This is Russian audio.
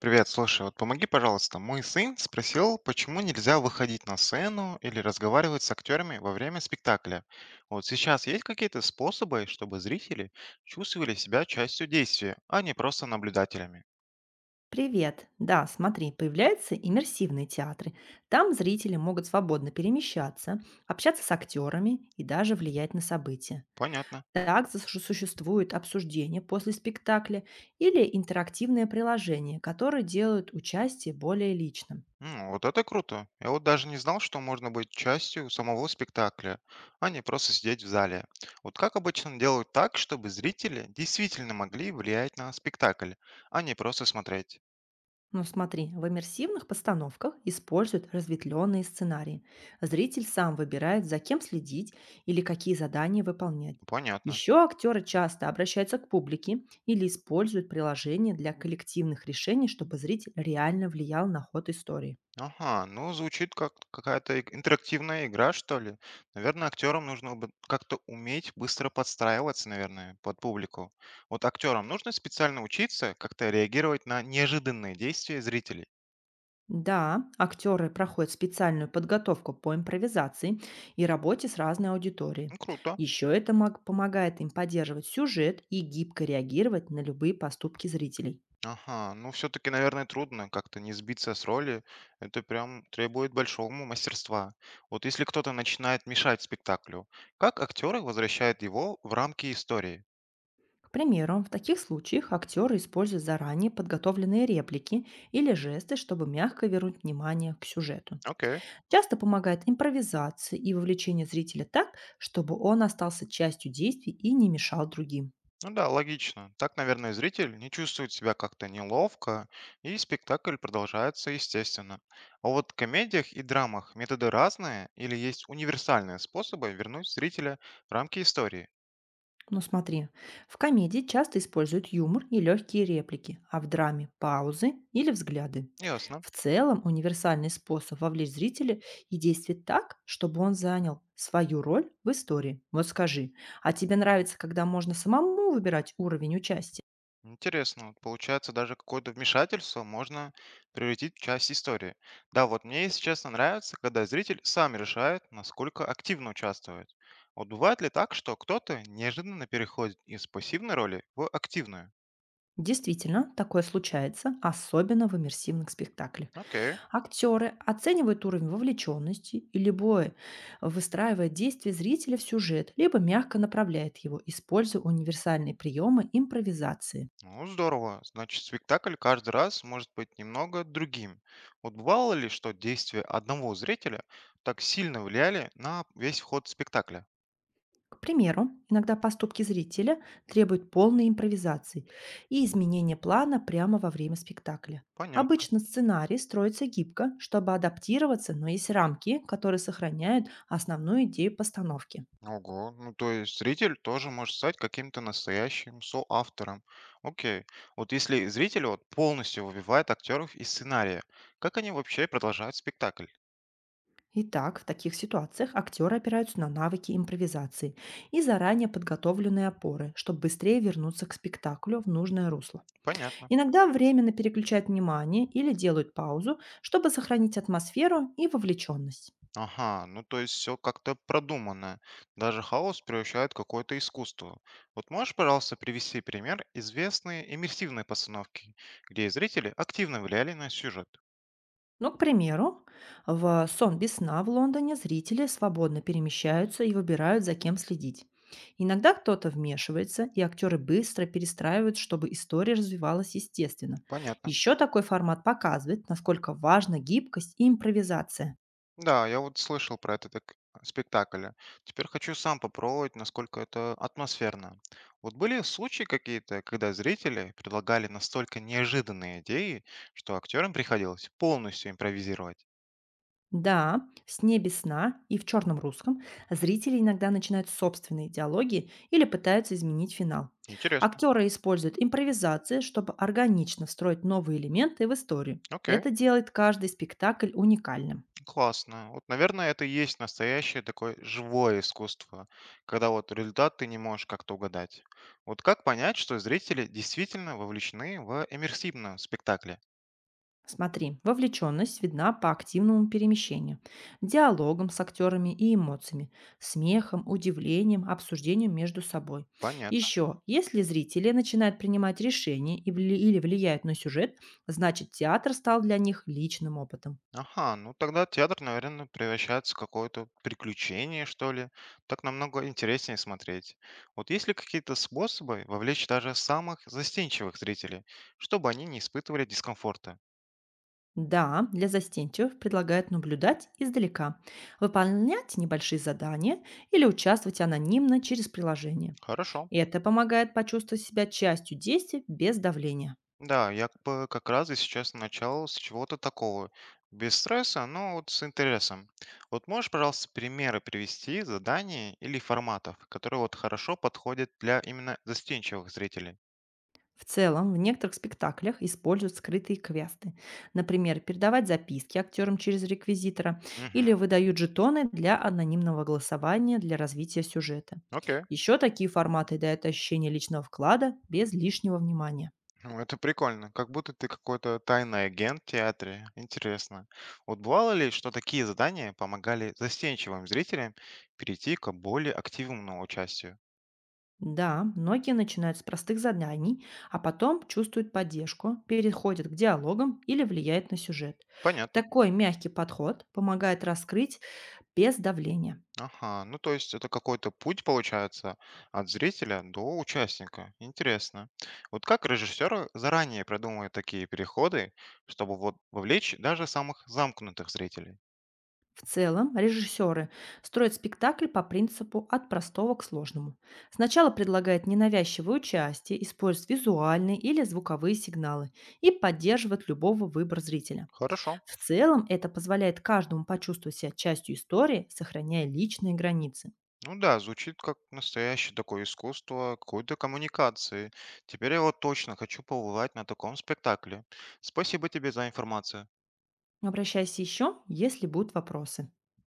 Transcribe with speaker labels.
Speaker 1: Привет, слушай, вот помоги, пожалуйста. Мой сын спросил, почему нельзя выходить на сцену или разговаривать с актерами во время спектакля. Вот сейчас есть какие-то способы, чтобы зрители чувствовали себя частью действия, а не просто наблюдателями?
Speaker 2: Привет. Да, смотри, появляются иммерсивные театры. Там зрители могут свободно перемещаться, общаться с актерами и даже влиять на события.
Speaker 1: Понятно.
Speaker 2: Существует обсуждение после спектакля или интерактивное приложение, которое делают участие более личным.
Speaker 1: М, вот это круто. Я вот даже не знал, что можно быть частью самого спектакля, а не просто сидеть в зале. Вот как обычно делают так, чтобы зрители действительно могли влиять на спектакль, а не просто смотреть?
Speaker 2: Ну смотри, в иммерсивных постановках используют разветвленные сценарии. Зритель сам выбирает, за кем следить или какие задания выполнять.
Speaker 1: Понятно.
Speaker 2: Еще актеры часто обращаются к публике или используют приложения для коллективных решений, чтобы зритель реально влиял на ход истории.
Speaker 1: Ага, ну звучит как какая-то интерактивная игра, что ли. Наверное, актерам нужно бы как-то уметь быстро подстраиваться, наверное, под публику. Вот актерам нужно специально учиться как-то реагировать на неожиданные действия зрителей.
Speaker 2: Да, актеры проходят специальную подготовку по импровизации и работе с разной
Speaker 1: Ну,
Speaker 2: аудиторией.
Speaker 1: круто.
Speaker 2: Еще помогает им поддерживать сюжет и гибко реагировать на любые поступки зрителей.
Speaker 1: Ага, ну все-таки, наверное, трудно как-то не сбиться с роли. Это прям требует большого мастерства. Вот если кто-то начинает мешать спектаклю, как актеры возвращают его в рамки истории?
Speaker 2: К примеру, в таких случаях актеры используют заранее подготовленные реплики или жесты, чтобы мягко вернуть внимание к сюжету.
Speaker 1: Окей.
Speaker 2: Часто помогает импровизация и вовлечение зрителя так, чтобы он остался частью действий и не мешал другим.
Speaker 1: Ну да, логично. Так, наверное, зритель не чувствует себя как-то неловко, и спектакль продолжается естественно. А вот в комедиях и драмах методы разные или есть универсальные способы вернуть зрителя в рамки истории?
Speaker 2: Ну смотри, в комедии часто используют юмор и легкие реплики, а в драме– паузы или взгляды.
Speaker 1: Ясно.
Speaker 2: В целом универсальный способ вовлечь зрителя и действовать так, чтобы он занял свою роль в истории. Вот скажи, а тебе нравится, когда можно самому выбирать уровень участия?
Speaker 1: Интересно. Вот получается, даже какое-то вмешательство можно превратить в часть истории. Да, вот мне, если честно, нравится, когда зритель сам решает, насколько активно участвует. Вот бывает ли так, что кто-то неожиданно переходит из пассивной роли в активную?
Speaker 2: Действительно, такое случается, особенно в иммерсивных спектаклях.
Speaker 1: Окей.
Speaker 2: Актеры оценивают уровень вовлеченности и любое выстраивает действие зрителя в сюжет, либо мягко направляет его, используя универсальные приемы импровизации.
Speaker 1: Ну, здорово. Значит, спектакль каждый раз может быть немного другим. Вот бывало ли, что действия одного зрителя так сильно влияли на весь ход спектакля?
Speaker 2: К примеру, иногда поступки зрителя требуют полной импровизации и изменения плана прямо во время спектакля.
Speaker 1: Понятно.
Speaker 2: Обычно сценарий строится гибко, чтобы адаптироваться, но есть рамки, которые сохраняют основную идею постановки.
Speaker 1: Ого, ну то есть зритель тоже может стать каким-то настоящим соавтором. Окей. Вот если зритель вот полностью выбивает актеров из сценария, как они вообще продолжают спектакль?
Speaker 2: Итак, в таких ситуациях актеры опираются на навыки импровизации и заранее подготовленные опоры, чтобы быстрее вернуться к спектаклю в нужное русло.
Speaker 1: Понятно.
Speaker 2: Иногда временно переключают внимание или делают паузу, чтобы сохранить атмосферу и вовлеченность.
Speaker 1: Ага, ну то есть все как-то продумано. Даже хаос превращает в какое-то искусство. Вот можешь, пожалуйста, привести пример известной иммерсивной постановки, где зрители активно влияли на сюжет?
Speaker 2: Ну, к примеру, в «Сон без сна» в Лондоне зрители свободно перемещаются и выбирают, за кем следить. Иногда кто-то вмешивается, и актеры быстро перестраивают, чтобы история развивалась естественно.
Speaker 1: Понятно.
Speaker 2: Еще такой формат показывает, насколько важна гибкость и импровизация.
Speaker 1: Да, я вот слышал про этот спектакль. Теперь хочу сам попробовать, насколько это атмосферно. Вот были случаи какие-то, когда зрители предлагали настолько неожиданные идеи, что актерам приходилось полностью импровизировать?
Speaker 2: Да, в «Небе сна» и в «Черном русском» зрители иногда начинают собственные диалоги или пытаются изменить финал.
Speaker 1: Интересно.
Speaker 2: Актеры используют импровизации, чтобы органично встроить новые элементы в историю.
Speaker 1: Окей.
Speaker 2: Это делает каждый спектакль уникальным.
Speaker 1: Классно. Вот, наверное, это и есть настоящее такое живое искусство, когда вот результат ты не можешь как-то угадать. Вот как понять, что зрители действительно вовлечены в иммерсивном спектакле?
Speaker 2: Смотри, вовлеченность видна по активному перемещению, диалогам с актерами и эмоциями, смехом, удивлением, обсуждением между собой.
Speaker 1: Понятно.
Speaker 2: Еще, если зрители начинают принимать решения и или влияют на сюжет, значит театр стал для них личным опытом.
Speaker 1: Ага, ну тогда театр, наверное, превращается в какое-то приключение, что ли. Так намного интереснее смотреть. Вот есть ли какие-то способы вовлечь даже самых застенчивых зрителей, чтобы они не испытывали дискомфорта?
Speaker 2: Да, для застенчивых предлагают наблюдать издалека, выполнять небольшие задания или участвовать анонимно через приложение.
Speaker 1: Хорошо.
Speaker 2: Это помогает почувствовать себя частью действия без давления.
Speaker 1: Да, я как бы как раз и сейчас начал с чего-то такого. Без стресса, но вот с интересом. Вот можешь, пожалуйста, примеры привести заданий или форматов, которые вот хорошо подходят для именно застенчивых зрителей?
Speaker 2: В целом, в некоторых спектаклях используют скрытые квесты. Например, передавать записки актерам через реквизитора
Speaker 1: Угу,
Speaker 2: или выдают жетоны для анонимного голосования для развития сюжета.
Speaker 1: окей.
Speaker 2: Еще такие форматы дают ощущение личного вклада без лишнего внимания.
Speaker 1: Ну, это прикольно. Как будто ты какой-то тайный агент в театре. Интересно. Вот бывало ли, что такие задания помогали застенчивым зрителям перейти к более активному участию?
Speaker 2: Да, многие начинают с простых заданий, а потом чувствуют поддержку, переходят к диалогам или влияют на сюжет.
Speaker 1: Понятно.
Speaker 2: Такой мягкий подход помогает раскрыть без давления.
Speaker 1: Ага, ну то есть это какой-то путь получается от зрителя до участника. Интересно. Вот как режиссеры заранее продумывают такие переходы, чтобы вот вовлечь даже самых замкнутых зрителей?
Speaker 2: В целом, режиссеры строят спектакль по принципу «от простого к сложному». Сначала предлагают ненавязчивое участие, используют визуальные или звуковые сигналы и поддерживают любого выбора зрителя.
Speaker 1: Хорошо.
Speaker 2: В целом, это позволяет каждому почувствовать себя частью истории, сохраняя личные границы.
Speaker 1: Ну да, звучит как настоящее такое искусство какой-то коммуникации. Теперь я вот точно хочу побывать на таком спектакле. Спасибо тебе за информацию.
Speaker 2: Обращайся еще, если будут вопросы.